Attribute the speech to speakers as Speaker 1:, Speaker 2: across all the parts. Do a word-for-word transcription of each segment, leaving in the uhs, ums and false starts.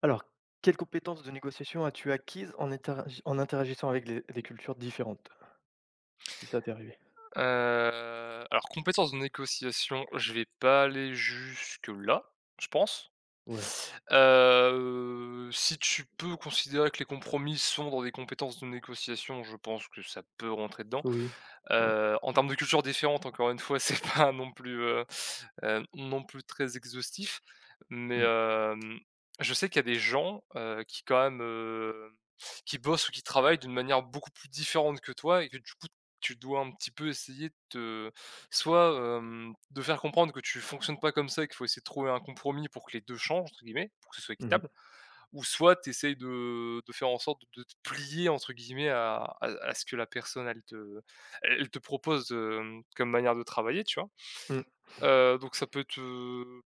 Speaker 1: Alors, quelles compétences de négociation as-tu acquises en interagi en interagissant avec les des cultures différentes? Si ça t'est arrivé?
Speaker 2: Heu, alors compétences de négociation, je vais pas aller jusque-là, je pense.
Speaker 1: Ouais,
Speaker 2: Heu, si tu peux considérer que les compromis sont dans des compétences de négociation, je pense que ça peut rentrer dedans.
Speaker 1: oui, ouais.
Speaker 2: Heu, en termes de cultures différentes, encore une fois, c'est pas non plus, heu heu, non plus très exhaustif, mais
Speaker 1: Mmh.
Speaker 2: hem, je sais qu'il y a des gens, heu, qui quand même, heu, qui bossent ou qui travaillent d'une manière beaucoup plus différente que toi et que du coup tu dois un petit peu essayer de te soit, hem, de faire comprendre que tu fonctionnes pas comme ça et qu'il faut essayer de trouver un compromis pour que les deux «changent» entre guillemets, pour que ce soit
Speaker 1: Mmh
Speaker 2: équitable,
Speaker 1: mh.
Speaker 2: ou soit tu essayes de de faire en sorte de de te «plier» entre guillemets à à à ce que la personne elle te elle te propose, hem, comme manière de travailler, tu vois?
Speaker 1: Mmh.
Speaker 2: Heu, donc ça peut te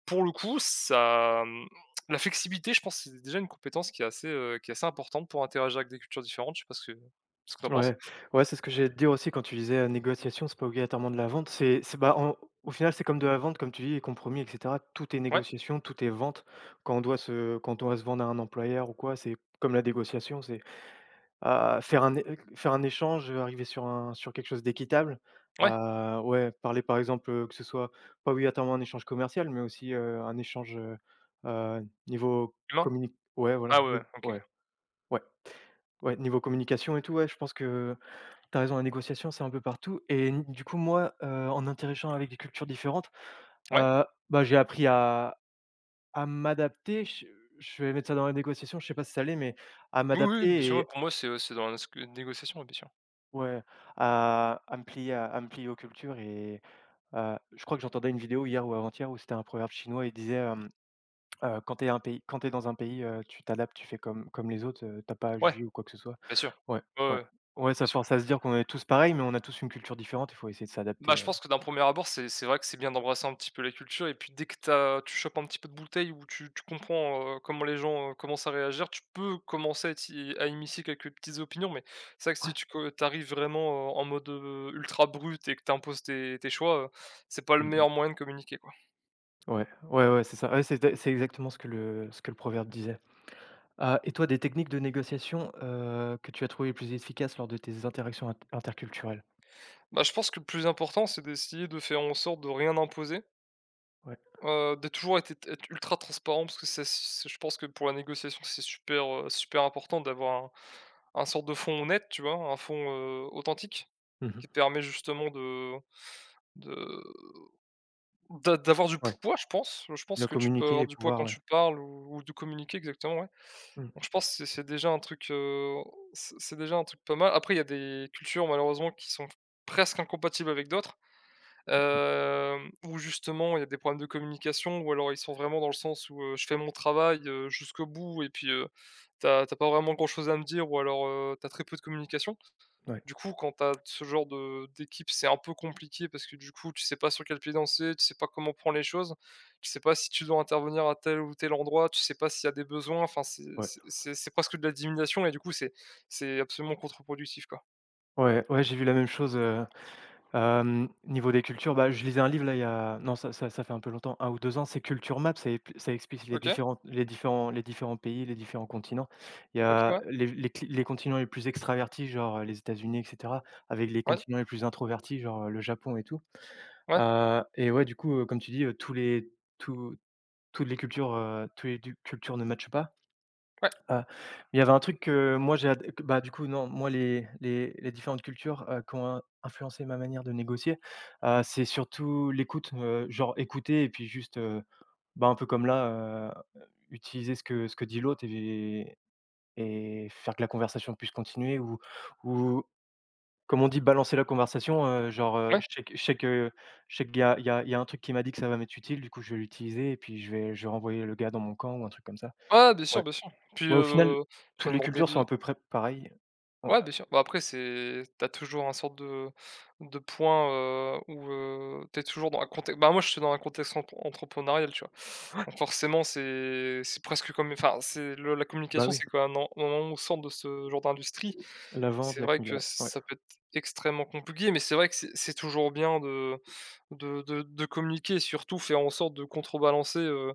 Speaker 2: pour le coup, ça, mmh, la flexibilité, je pense, c'est déjà une compétence qui est assez, heu, qui est assez importante pour interagir avec des cultures différentes. Je sais pas ce que ce que tu en penses?
Speaker 1: Ouais, ouais, c'est ce que j'allais te dire aussi quand tu disais, heu, négociation, c'est pas obligatoirement de la vente. C'est c'est bah, en au final, c'est comme de la vente, comme tu dis, les compromis et cetera. Tout est
Speaker 2: Ouais?
Speaker 1: négociation, tout est vente. Quand on doit se quand on doit se vendre à un employeur ou quoi, c'est comme la négociation, c'est Heu, faire un é faire un échange, heu, arriver sur un sur quelque chose d'équitable.
Speaker 2: Ouais?
Speaker 1: Heu, ouais, parler par exemple, heu, que ce soit pas obligatoirement un échange commercial, mais aussi, heu, un échange, heu heu, niveau
Speaker 2: Humain?
Speaker 1: communi ouais, voilà,
Speaker 2: Ah ouais, ouais,
Speaker 1: ni
Speaker 2: OK.
Speaker 1: ouais, ouais, ouais, niveau communication et tout, ouais, je pense que tu as raison, la négociation, c'est un peu partout et n du coup, moi, heu, en interagissant avec des cultures différentes,
Speaker 2: Ouais.
Speaker 1: heu, bah, j'ai appris à à m'adapter. Je je vais mettre ça dans la négociation, je sais pas si ça l'est, mais à
Speaker 2: Oui, oui, bien sûr, ouais,
Speaker 1: m'adapter.
Speaker 2: pour moi, c'est, c'est dans la sc négociation, ouais, bien sûr.
Speaker 1: Ouais, à à me plier à à me plier aux cultures et heu, je crois que j'entendais une vidéo hier ou avant-hier où c'était un proverbe chinois. Il disait, hem, heu: «Quand t'es un pays quand tu dans un pays, heu, tu t'adaptes, tu fais comme comme les autres, heu, tu pas à
Speaker 2: Ouais,
Speaker 1: juger ou quoi que ce soit».
Speaker 2: bien sûr.
Speaker 1: Ouais,
Speaker 2: Ouais,
Speaker 1: ouais.
Speaker 2: ouais,
Speaker 1: Ouais,
Speaker 2: bien
Speaker 1: ça
Speaker 2: sûr.
Speaker 1: force à se dire qu'on est tous pareils, mais on a tous une culture différente, il faut essayer de
Speaker 2: Bah,
Speaker 1: s'adapter,
Speaker 2: je
Speaker 1: heu
Speaker 2: pense que d'un premier abord, c'est c'est vrai que c'est bien d'embrasser un petit peu la culture et puis dès que t'as, tu chopes un petit peu de bouteille ou tu tu comprends, heu, comment les gens, heu, commencent à réagir, tu peux commencer à t'y à immiscer quelques petites opinions, mais c'est vrai que si tu co arrives vraiment, heu, en mode, heu, ultra brut et que tu imposes tes tes choix, heu, c'est pas le
Speaker 1: Mmh mh.
Speaker 2: meilleur moyen de communiquer, quoi.
Speaker 1: Ouais, ouais, ouais, c'est ça. Ouais, c'est c'est exactement ce que le ce que le proverbe disait. Heu et toi, des techniques de négociation, heu, que tu as trouvées les plus efficaces lors de tes interactions int interculturelles?
Speaker 2: Bah, je pense que le plus important, c'est d'essayer de faire en sorte de rien imposer.
Speaker 1: Ouais.
Speaker 2: Heu, de toujours été être ultra transparent parce que ça c'est je pense que pour la négociation, c'est super, heu, super important d'avoir un un sorte de fond honnête, tu vois? Un fond, heu, authentique
Speaker 1: Mmh
Speaker 2: qui te permet justement de de d'a d'avoir du
Speaker 1: Ouais,
Speaker 2: poids, je pense. Je pense
Speaker 1: bien
Speaker 2: que tu peux
Speaker 1: communiquer
Speaker 2: avoir
Speaker 1: et
Speaker 2: du poids
Speaker 1: pouvoir
Speaker 2: quand
Speaker 1: ouais.
Speaker 2: tu parles ou ou de communiquer exactement, ouais.
Speaker 1: Mmh.
Speaker 2: Donc je pense que c'est c'est déjà un truc, heu, c'est c'est déjà un truc pas mal. Après il y a des cultures malheureusement qui sont presque incompatibles avec d'autres. Hem, où justement il y a des problèmes de communication ou alors ils sont vraiment dans le sens où, heu, je fais mon travail, heu, jusqu'au bout et puis, heu, t'as as pas vraiment grand chose à me dire ou alors, heu, tu très peu de communication.
Speaker 1: Ouais,
Speaker 2: Du coup, quand t'as ce genre de d'équipe, c'est un peu compliqué parce que du coup, tu sais pas sur quel pied danser, tu sais pas comment prendre les choses, tu sais pas si tu dois intervenir à tel ou tel endroit, tu sais pas s'il y a des besoins, enfin c'est
Speaker 1: ouais.
Speaker 2: c'est c'est c'est presque de la divination et du coup c'est c'est absolument contre-productif, quoi.
Speaker 1: Ouais, ouais, j'ai vu la même chose, heu, hem, niveau des cultures, bah, je lisais un livre là, il y a non, ça ça ça fait un peu longtemps, un ou deux ans. C'est Culture Map, ça ép ça explique les
Speaker 2: OK,
Speaker 1: différents les différents les différents pays, les différents continents. Il y
Speaker 2: OK,
Speaker 1: a
Speaker 2: ouais,
Speaker 1: les les cli les continents les plus extravertis, genre, heu, les États-Unis et cetera, avec les
Speaker 2: ouais,
Speaker 1: continents les plus introvertis, genre, heu, le Japon et tout.
Speaker 2: ouais,
Speaker 1: Heu et ouais, du coup, heu, comme tu dis, heu, tous les tous toutes les cultures, heu, tous les du cultures ne matchent pas.
Speaker 2: ouais,
Speaker 1: Heu, il y avait un truc que moi j'ai ad que bah, du coup, non, moi les les les différentes cultures, heu, qui ont in influencé ma manière de négocier, heu, c'est surtout l'écoute, heu, genre écouter et puis juste, heu, bah, un peu comme là, heu, utiliser ce que ce que dit l'autre et et faire que la conversation puisse continuer ou ou comme on dit, balancer la conversation, heu, genre, heu,
Speaker 2: ouais.
Speaker 1: je sais que je sais que je sais qu'il y a il y a il y a un truc qui m'a dit que ça va m'être utile, du coup je vais l'utiliser et puis je vais je vais renvoyer le gars dans mon camp ou un truc comme ça.
Speaker 2: Ouais, bien sûr,
Speaker 1: Ouais.
Speaker 2: bien sûr. Puis,
Speaker 1: Ouais, au final,
Speaker 2: heu, tu peux
Speaker 1: toutes les
Speaker 2: demander
Speaker 1: cultures
Speaker 2: de
Speaker 1: sont
Speaker 2: l
Speaker 1: à peu près pareilles. Ouais,
Speaker 2: ouais, bien sûr. Bah, après c'est t'as toujours un sorte de de point, heu, où, heu, tu toujours dans un contexte. Bah, moi, je suis dans un contexte entre entrepreneurial, tu vois? Donc forcément, c'est c'est presque comme enfin, c'est le la
Speaker 1: bah,
Speaker 2: communication,
Speaker 1: oui,
Speaker 2: c'est quand même un en un moment au centre de ce genre d'industrie.
Speaker 1: la vente,
Speaker 2: C'est
Speaker 1: la
Speaker 2: vrai que
Speaker 1: la ouais,
Speaker 2: ça peut être extrêmement compliqué, mais c'est vrai que c'est c'est toujours bien de de de de communiquer et surtout faire en sorte de contrebalancer, heu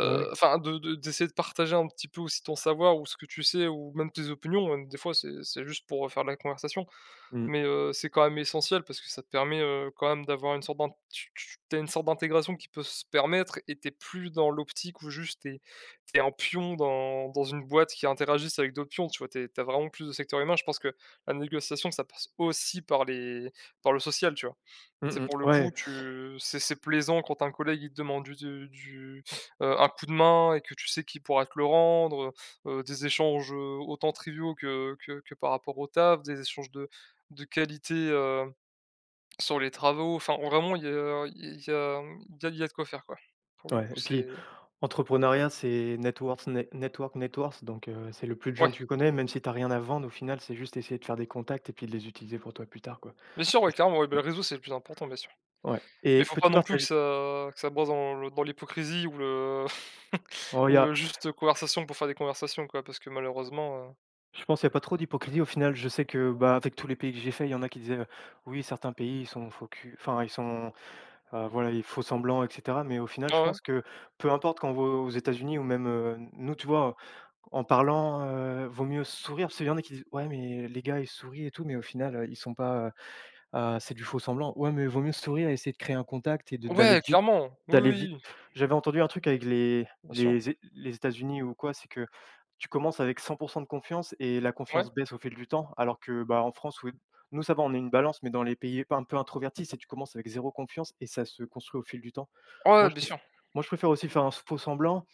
Speaker 1: bah, oui.
Speaker 2: enfin de de d'essayer de partager un petit peu aussi ton savoir ou ce que tu sais ou même tes opinions, même des fois c'est c'est juste pour faire de la conversation.
Speaker 1: Mmh.
Speaker 2: Mais, heu, c'est quand même essentiel parce que ça te permet, heu, quand même d'avoir une sorte d'int tu tu tu une sorte d'intégration qui peut se permettre et tu plus dans l'optique où juste t'es t'es un pion dans dans une boîte qui interagissent avec d'autres pions, tu vois? Tu es vraiment plus de secteur humain. Je pense que la négociation, ça passe aussi par les par le social, tu vois?
Speaker 1: Mmh
Speaker 2: C'est
Speaker 1: mh.
Speaker 2: pour le coup,
Speaker 1: Ouais,
Speaker 2: tu c'est c'est plaisant quand un collègue, il te demande du du du, heu, un coup de main et que tu sais qu'il pourra te le rendre, heu des échanges, heu, autant triviaux que que que par rapport au taf, des échanges de de qualité, heu, sur les travaux. Enfin, vraiment, il y a il y a, mmh, il y a il y a de quoi faire, quoi. Pour le
Speaker 1: ouais,
Speaker 2: coup,
Speaker 1: et puis
Speaker 2: c'est
Speaker 1: entrepreneuriat, c'est networks, net network, networks donc heu, c'est le plus de gens
Speaker 2: ouais,
Speaker 1: que tu connais, même si tu as rien à vendre, au final, c'est juste essayer de faire des contacts et puis de les utiliser pour toi plus tard, quoi.
Speaker 2: bien sûr,
Speaker 1: C'est
Speaker 2: ouais,
Speaker 1: ça.
Speaker 2: clairement, ouais, bah, le réseau, c'est le plus important, bien sûr.
Speaker 1: Ouais,
Speaker 2: Mais
Speaker 1: et
Speaker 2: faut pas
Speaker 1: peux-tu
Speaker 2: non plus que
Speaker 1: partager.
Speaker 2: ça que ça broie dans le dans l'hypocrisie ou le
Speaker 1: Oh, il y
Speaker 2: ou,
Speaker 1: a.
Speaker 2: heu, juste conversation pour faire des conversations quoi, parce que malheureusement, heu
Speaker 1: Je pense qu'il y a pas trop d'hypocrisie au final. Je sais que, bah, avec tous les pays que j'ai fait, il y en a qui disaient, heu: «Oui, certains pays, ils sont faux cul, enfin ils sont, heu, voilà, ils font semblant et cetera». Mais au final,
Speaker 2: ouais,
Speaker 1: je
Speaker 2: ouais.
Speaker 1: pense que peu importe quand on va aux États-Unis ou même, heu, nous, tu vois, en parlant, heu, vaut mieux sourire parce qu'il y en a qui disent: «Ouais, mais les gars, ils sourient et tout, mais au final, heu, ils sont pas, heu, heu, c'est du faux semblant». Ouais, mais vaut mieux sourire et essayer de créer un contact et de d'aller
Speaker 2: Ouais,
Speaker 1: vite.
Speaker 2: clairement. Oui,
Speaker 1: D'aller
Speaker 2: oui,
Speaker 1: vite.
Speaker 2: oui,
Speaker 1: J'avais entendu un truc avec les
Speaker 2: bien sûr.
Speaker 1: les É les États-Unis ou quoi. C'est que tu commences avec cent de confiance et la
Speaker 2: Ouais.
Speaker 1: confiance baisse au fil du temps, alors que, bah, en France, où nous, ça va, on est une balance, mais dans les pays un peu introvertis, c'est tu commences avec zéro confiance et ça se construit au fil du temps. Moi,
Speaker 2: Ouais,
Speaker 1: je
Speaker 2: bien
Speaker 1: préf
Speaker 2: sûr.
Speaker 1: Moi, je préfère aussi faire un faux semblant,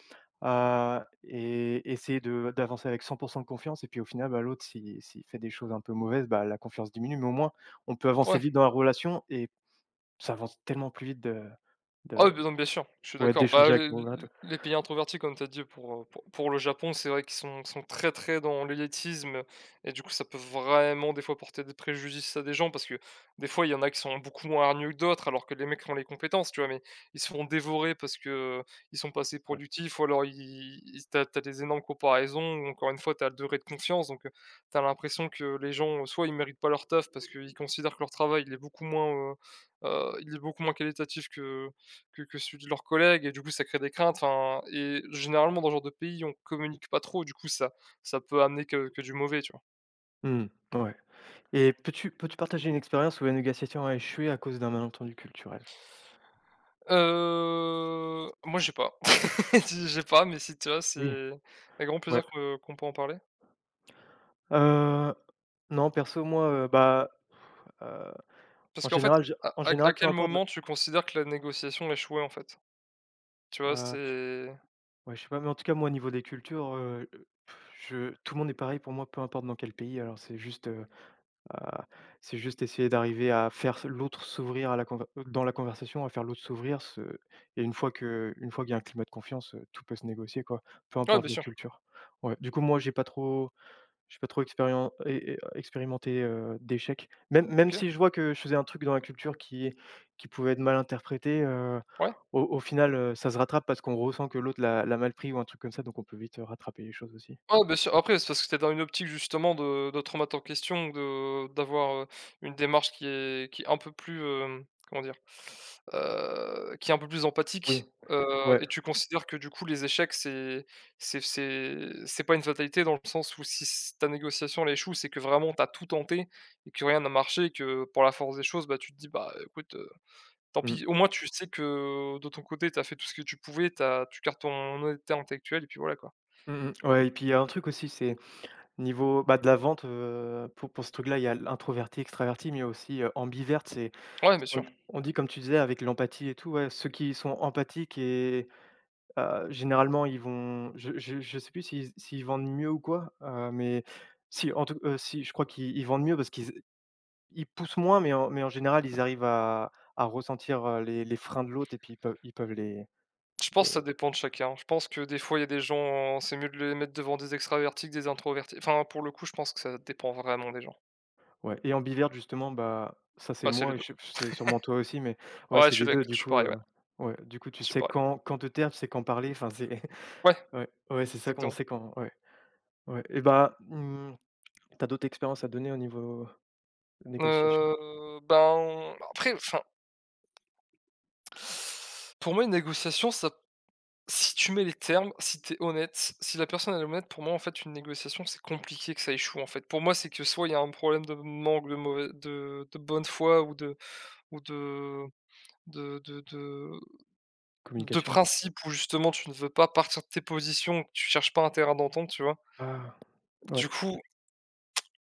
Speaker 1: heu et essayer de d'avancer avec cent de confiance. Et puis, au final, bah, l'autre, s'il s'il fait des choses un peu mauvaises, bah, la confiance diminue, mais au moins, on peut avancer
Speaker 2: Ouais.
Speaker 1: vite dans la relation et ça avance tellement plus vite de
Speaker 2: Ah
Speaker 1: de.
Speaker 2: oui, beh, bien sûr, je suis
Speaker 1: Ouais,
Speaker 2: d'accord. Bah,
Speaker 1: d'échanger avec
Speaker 2: les
Speaker 1: le regard tout.
Speaker 2: les pays introvertis comme tu as dit pour, heu, pour pour le Japon, c'est vrai qu'ils sont sont très, très dans l'élitisme et du coup, ça peut vraiment des fois porter des préjudices à des gens parce que des fois, il y en a qui sont beaucoup moins hargneux que d'autres alors que les mecs ont les compétences, tu vois? Mais ils se font dévorer parce que euh, ils sont pas assez
Speaker 1: Ouais.
Speaker 2: productifs ou alors ils ils tu as des énormes comparaisons ou encore une fois, t'as le degré de confiance donc heu, tu l'impression que les gens, euh, soit ils méritent pas leur taf parce qu'ils considèrent que leur travail, il est beaucoup moins, heu heu, il est beaucoup moins qualitatif que que que celui de leurs collègues et du coup ça crée des craintes, enfin et généralement dans ce genre de pays, on communique pas trop, du coup ça ça peut amener que que du mauvais, tu vois?
Speaker 1: Mmh, ouais, et peux-tu peux-tu partager une expérience où la négociation a échoué à cause d'un malentendu culturel?
Speaker 2: Heu, moi j'ai pas. J'ai pas, mais si tu vois
Speaker 1: Oui,
Speaker 2: c'est avec grand
Speaker 1: ouais.
Speaker 2: plaisir que qu'on peut en parler.
Speaker 1: Heu, non, perso, moi, heu, bah, heu,
Speaker 2: Parce
Speaker 1: en
Speaker 2: qu'en fait,
Speaker 1: général, je
Speaker 2: à
Speaker 1: en
Speaker 2: à à
Speaker 1: général, peu
Speaker 2: quel
Speaker 1: importe le
Speaker 2: moment tu considères que la négociation a échoué, en fait? Tu vois?
Speaker 1: heu,
Speaker 2: C'est
Speaker 1: ouais, je sais pas, mais en tout cas, moi, au niveau des cultures, heu, je tout le monde est pareil pour moi, peu importe dans quel pays. Alors c'est juste, heu Heu, c'est juste essayer d'arriver à faire s l'autre s'ouvrir à la conver euh, dans la conversation, à faire l'autre s'ouvrir, se, et une fois que une fois qu'il y a un climat de confiance, heu, tout peut se négocier quoi, peu
Speaker 2: ouais,
Speaker 1: importe
Speaker 2: bien
Speaker 1: la
Speaker 2: sûr.
Speaker 1: culture. Ouais, du coup, moi, j'ai pas trop j'ai pas trop expérien é é expérimenté, heu, d'échecs. Même même
Speaker 2: OK.
Speaker 1: si je vois que je faisais un truc dans la culture qui qui pouvait être mal interprété, heu,
Speaker 2: Ouais.
Speaker 1: au au final, heu, ça se rattrape parce qu'on ressent que l'autre l'a l'a mal pris ou un truc comme ça, donc on peut vite euh, rattraper les choses aussi.
Speaker 2: Ouais, bien sûr. Après, c'est parce que t'es dans une optique justement de de te remettre en question, de d'avoir, heu, une démarche qui est qui est un peu plus, hem, comment dire? Heu, qui est un peu plus
Speaker 1: Oui,
Speaker 2: empathique, heu
Speaker 1: ouais.
Speaker 2: et tu considères que du coup les échecs c'est c'est c'est c'est pas une fatalité dans le sens où si c ta négociation elle échoue, c'est que vraiment t'as tout tenté et que rien n'a marché et que pour la force des choses, bah, tu te dis: «Bah, écoute, heu, tant
Speaker 1: Mmh.
Speaker 2: pis». Au moins tu sais que de ton côté, t'as fait tout ce que tu pouvais, t'as tu gardes ton honnêteté intellectuelle et puis voilà, quoi.
Speaker 1: Mmh mh. Ouais, et puis il y a un truc aussi, c'est niveau, bah, de la vente, heu, pour pour ce truc-là, il y a l'introverti, extraverti, mais il y a aussi, heu, ambiverte. C'est
Speaker 2: Ouais, bien
Speaker 1: on
Speaker 2: sûr.
Speaker 1: d on dit, comme tu disais, avec l'empathie et tout, ouais, ceux qui sont empathiques et heu, généralement ils vont je je je sais plus s'ils s'ils vendent mieux ou quoi, heu, mais si en tout heu, si je crois qu'ils ils vendent mieux parce qu'ils ils poussent moins, mais en mais en général ils arrivent à à ressentir, heu, les les freins de l'autre et puis ils peuvent ils peuvent
Speaker 2: Je pense que
Speaker 1: les.
Speaker 2: ça dépend de chacun. Je pense que des fois, il y a des gens, c'est mieux de les mettre devant des extravertis que des introvertis. Enfin, pour le coup, je pense que ça dépend vraiment des gens.
Speaker 1: Ouais, et ambiverte justement, bah, ça c'est
Speaker 2: Bah, c'est les
Speaker 1: moi et
Speaker 2: deux.
Speaker 1: je c'est sûrement toi aussi, mais ouais,
Speaker 2: Ouais, je
Speaker 1: c'est
Speaker 2: suis
Speaker 1: les
Speaker 2: d'acc
Speaker 1: deux
Speaker 2: je
Speaker 1: du
Speaker 2: suis
Speaker 1: coup,
Speaker 2: pareil,
Speaker 1: heu,
Speaker 2: ouais,
Speaker 1: ouais, du coup tu
Speaker 2: je suis
Speaker 1: sais
Speaker 2: pareil.
Speaker 1: quand quand te taire, tu sais quand parler, enfin c'est
Speaker 2: Ouais,
Speaker 1: ouais, ouais, c'est ça qu'on
Speaker 2: exactement.
Speaker 1: sait quand ouais, ouais, et bah, mmh, tu as d'autres expériences à donner au niveau négociation?
Speaker 2: Heu, ben, après, enfin, pour moi, une négociation, ça si tu mets les termes, si t'es honnête, si la personne elle est honnête, pour moi, en fait, une négociation, c'est compliqué que ça échoue, en fait. Pour moi, c'est que soit il y a un problème de manque de mauvais de de bonne foi ou de ou de de de de De
Speaker 1: Communication?
Speaker 2: principe où justement tu ne veux pas partir de tes positions, que tu cherches pas un terrain d'entente, tu vois?
Speaker 1: Ah, ouais.
Speaker 2: Du coup,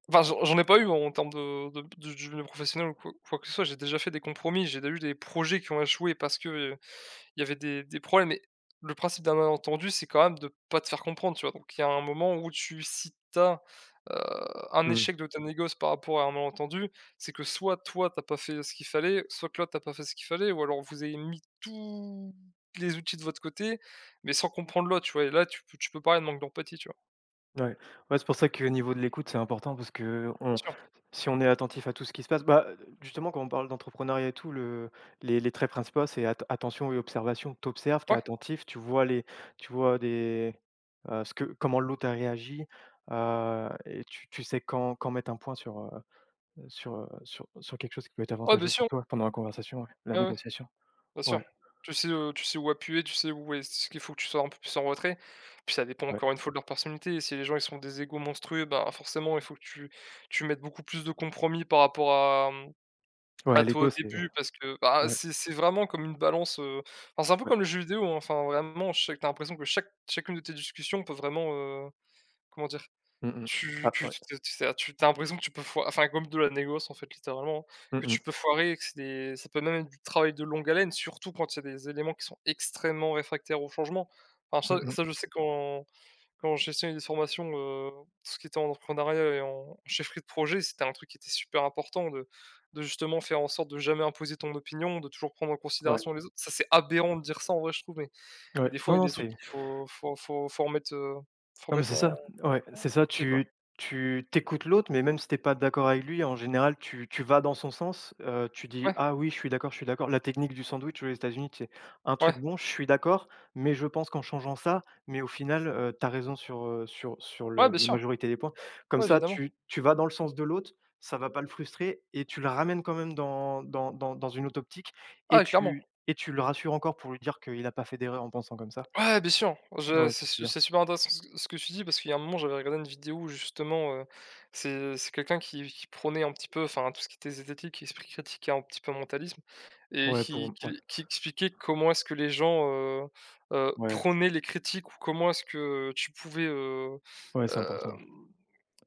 Speaker 2: enfin j'en j'en ai pas eu en termes de de de du milieu professionnel ou quoi quoi que ce soit, j'ai déjà fait des compromis, j'ai déjà eu des projets qui ont échoué parce que, heu, il y avait des des problèmes, mais le principe d'un malentendu, c'est quand même de pas te faire comprendre, tu vois? Donc il y a un moment où tu si tu as un
Speaker 1: Mmh,
Speaker 2: échec de ta négoce par rapport à un malentendu, c'est que soit toi t'as pas fait ce qu'il fallait, soit que l'autre t'as pas fait ce qu'il fallait ou alors vous avez mis tous les outils de votre côté, mais sans comprendre l'autre, tu vois? Et là, tu peux tu peux parler de manque d'empathie, tu vois?
Speaker 1: ouais. Ouais, c'est pour ça qu'au niveau de l'écoute, c'est important parce qu'on.
Speaker 2: Bien sûr.
Speaker 1: Si on est attentif à tout ce qui se passe, bah, justement quand on parle d'entrepreneuriat et tout, le les les traits principaux, c'est at attention et observation. Tu observes, tu es
Speaker 2: Ouais,
Speaker 1: attentif, tu vois les tu vois des heu, ce que comment l'autre a réagi, heu et tu tu sais quand quand mettre un point sur, heu, sur, heu, sur sur quelque chose qui peut être
Speaker 2: ouais, bien
Speaker 1: avantageux pour
Speaker 2: sûr.
Speaker 1: toi pendant la conversation, ouais, la
Speaker 2: Ouais, ouais.
Speaker 1: négociation.
Speaker 2: Bien sûr.
Speaker 1: Ouais,
Speaker 2: Tu sais, heu, tu sais où appuyer, tu sais où est ce qu'il faut que tu sois un peu plus en retrait. Puis ça dépend
Speaker 1: ouais.
Speaker 2: encore une fois de leur personnalité. Si les gens ils sont des égos monstrueux, bah, forcément il faut que tu tu mettes beaucoup plus de compromis par rapport à, mmh, à
Speaker 1: Ouais,
Speaker 2: toi au
Speaker 1: l'ego c'est
Speaker 2: début parce que, bah,
Speaker 1: ouais,
Speaker 2: c'est c'est vraiment comme une balance, heu, enfin, c'est un peu
Speaker 1: ouais.
Speaker 2: comme le jeu vidéo, hein, enfin, vraiment, chaque tu as l'impression que chaque chacune de tes discussions peut vraiment, heu, comment dire?
Speaker 1: Mmh mh.
Speaker 2: Tu
Speaker 1: Ah
Speaker 2: tu
Speaker 1: ouais.
Speaker 2: tu te tu tu tu as l'impression que tu peux foi enfin, comme de la négoce, en fait, littéralement, que
Speaker 1: Mmh mh.
Speaker 2: tu peux foirer et que c'est des ça peut même être du travail de longue haleine, surtout quand il y a des éléments qui sont extrêmement réfractaires au changement. Enfin,
Speaker 1: Mmh
Speaker 2: ça ça,
Speaker 1: mh.
Speaker 2: je sais quand quand j'enseignais des formations, heu, tout ce qui était en entrepreneuriat et en chefferie de projet, c'était un truc qui était super important de de justement faire en sorte de jamais imposer ton opinion, de toujours prendre en
Speaker 1: Ouais,
Speaker 2: considération les autres. Ça, c'est aberrant de dire ça, en vrai, je trouve, mais il y a
Speaker 1: ouais.
Speaker 2: des fois,
Speaker 1: Non,
Speaker 2: il y a
Speaker 1: non,
Speaker 2: des trucs
Speaker 1: c'est.
Speaker 2: qu'il faut faut faut faut remettre, heu, faut
Speaker 1: Non, mais
Speaker 2: remettre
Speaker 1: c'est
Speaker 2: en
Speaker 1: ça, ouais,
Speaker 2: en
Speaker 1: c'est ça,
Speaker 2: pied, quoi.
Speaker 1: tu tu t'écoutes l'autre, mais même si t'es pas d'accord avec lui, en général, tu tu vas dans son sens, heu, tu dis:
Speaker 2: Ouais,
Speaker 1: «Ah oui, je suis d'accord, je suis d'accord». La technique du sandwich aux États-Unis, c'est un truc
Speaker 2: ouais.
Speaker 1: bon, je suis d'accord, mais je pense qu'en changeant ça, mais au final, heu, tu raison sur, heu, sur sur
Speaker 2: Ouais,
Speaker 1: le
Speaker 2: bien
Speaker 1: la
Speaker 2: sûr.
Speaker 1: majorité des points. Comme
Speaker 2: Ouais,
Speaker 1: ça,
Speaker 2: évidemment.
Speaker 1: tu tu vas dans le sens de l'autre, ça va pas le frustrer et tu le ramènes quand même dans dans dans dans une autre optique et
Speaker 2: Ah, clairement.
Speaker 1: tu et tu le rassures encore pour lui dire qu'il a pas fait d'erreur en pensant comme ça.
Speaker 2: Ouais, bien sûr. Je
Speaker 1: Ouais,
Speaker 2: C'est
Speaker 1: ça c'est
Speaker 2: su
Speaker 1: bien.
Speaker 2: c'est super intéressant ce que ce que tu dis parce qu'il y a un moment, j'avais regardé une vidéo où justement, heu, c'est euh, c'est quelqu'un qui qui prônait un petit peu, enfin, tout ce qui était zététique, esprit critique et un petit peu mentalisme et
Speaker 1: Ouais, pour
Speaker 2: qui
Speaker 1: ouais,
Speaker 2: qui qui expliquait comment est-ce que les gens, heu heu,
Speaker 1: ouais.
Speaker 2: prônaient les critiques ou comment est-ce que tu pouvais, heu,
Speaker 1: Ouais, c'est important.
Speaker 2: hem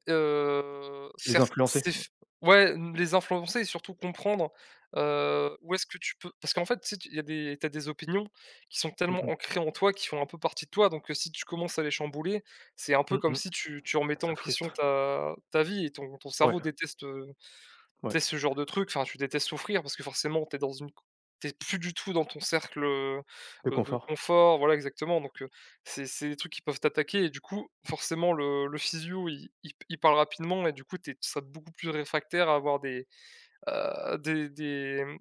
Speaker 2: Heu, cer
Speaker 1: Les influencer.
Speaker 2: c'est f ouais, mmh, les influencer et surtout comprendre, heu, où est-ce que tu peux parce qu'en fait, tu sais, tu il y a des tu as des opinions qui sont
Speaker 1: Mmh
Speaker 2: tellement
Speaker 1: mh.
Speaker 2: ancrées en toi, qui font un peu partie de toi, donc heu, si tu commences à les chambouler, c'est un peu
Speaker 1: Mmh
Speaker 2: comme
Speaker 1: mh.
Speaker 2: si tu tu remettais
Speaker 1: Ça
Speaker 2: en question
Speaker 1: frustre.
Speaker 2: ta ta vie et ton ton
Speaker 1: Ouais,
Speaker 2: cerveau déteste,
Speaker 1: ouais,
Speaker 2: tu sais, ce genre de truc, enfin, tu détestes souffrir parce que forcément, t'es dans une t'es plus du tout dans ton cercle, heu
Speaker 1: le
Speaker 2: de
Speaker 1: confort.
Speaker 2: confort, voilà exactement donc heu, c'est c'est des trucs qui peuvent t'attaquer et du coup, forcément le le physio, il il il parle rapidement et du coup, t'es tu seras beaucoup plus réfractaire à avoir des Heu, des des, mmh,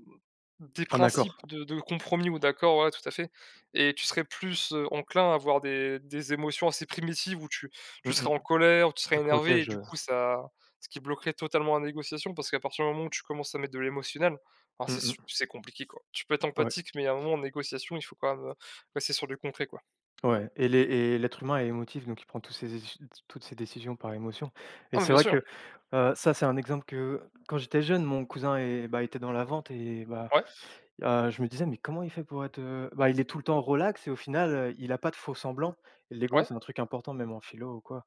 Speaker 2: des
Speaker 1: Un
Speaker 2: principes
Speaker 1: accord.
Speaker 2: de de compromis ou d'accord, ouais, tout à fait et tu serais plus, heu, enclin à avoir des des émotions assez primitives où tu tu
Speaker 1: Mmh
Speaker 2: serais
Speaker 1: mh.
Speaker 2: en colère, où tu serais
Speaker 1: Tu
Speaker 2: énervé et
Speaker 1: protèges,
Speaker 2: du
Speaker 1: heu
Speaker 2: coup ça ce qui bloquerait totalement la négociation parce qu'à partir du moment où tu commences à mettre de l'émotionnel, ah c'est
Speaker 1: mmh
Speaker 2: su
Speaker 1: mh.
Speaker 2: c'est compliqué, quoi. Tu peux être
Speaker 1: Ouais,
Speaker 2: empathique, mais à un moment en négociation, il faut quand même, heu, rester sur du concret, quoi.
Speaker 1: ouais, et les et l'être humain est émotif, donc il prend tous ses déci toutes ses décisions par émotion et
Speaker 2: Ah mais
Speaker 1: c'est
Speaker 2: bien
Speaker 1: vrai
Speaker 2: sûr,
Speaker 1: que, heu, ça, c'est un exemple que quand j'étais jeune, mon cousin est bah, était dans la vente. Et bah,
Speaker 2: ouais,
Speaker 1: heu, je me disais: «Mais comment il fait pour être, heu» bah, il est tout le temps relax et au final, heu, il a pas de faux semblants. L'ego,
Speaker 2: ouais,
Speaker 1: c'est un truc important même en philo ou quoi.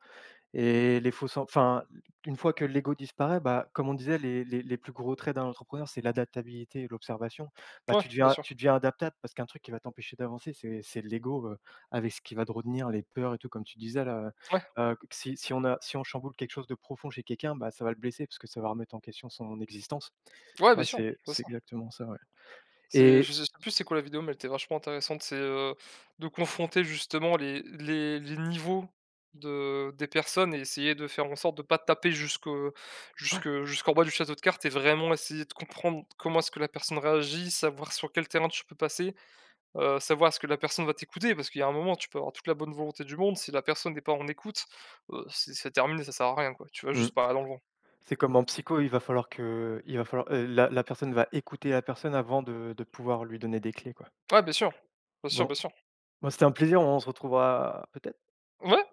Speaker 1: Et les faux sem Enfin, une fois que l'ego disparaît, bah, comme on disait, les les les plus gros traits d'un entrepreneur, c'est l'adaptabilité et l'observation. Bah, tu
Speaker 2: ouais, bien
Speaker 1: deviens
Speaker 2: sûr,
Speaker 1: tu deviens adaptable parce qu'un truc qui va t'empêcher d'avancer, c'est c'est l'ego, heu, avec ce qui va te retenir, les peurs et tout, comme tu disais là,
Speaker 2: ouais,
Speaker 1: heu, si si on a si on chamboule quelque chose de profond chez quelqu'un, bah, ça va le blesser parce que ça va remettre en question son existence.
Speaker 2: ouais, bien
Speaker 1: Ouais,
Speaker 2: sûr,
Speaker 1: c'est c'est
Speaker 2: ça.
Speaker 1: exactement ça. Ouais,
Speaker 2: C'est
Speaker 1: et
Speaker 2: je sais plus c'est quoi la vidéo, mais elle était vachement intéressante. C'est, heu, de confronter justement les les les niveaux de des personnes et essayer de faire en sorte de pas taper jusqu'au jusque jusqu'en bas du château de cartes et vraiment essayer de comprendre comment est-ce que la personne réagit, savoir sur quel terrain tu peux passer, heu, savoir est-ce que la personne va t'écouter. Parce qu'il y a un moment, tu peux avoir toute la bonne volonté du monde, si la personne n'est pas en écoute, heu, c'est c'est terminé, ça sert à rien, quoi. Tu vas
Speaker 1: mmh,
Speaker 2: juste parler dans le vent.
Speaker 1: c'est comme en psycho, il va falloir que il va falloir, heu, la la personne va écouter la personne avant de de pouvoir lui donner des clés, quoi.
Speaker 2: Ouais, bien sûr. Bien sûr, bien
Speaker 1: Bon.
Speaker 2: sûr.
Speaker 1: Moi, c'était un plaisir, on se retrouvera peut-être?
Speaker 2: Ouais.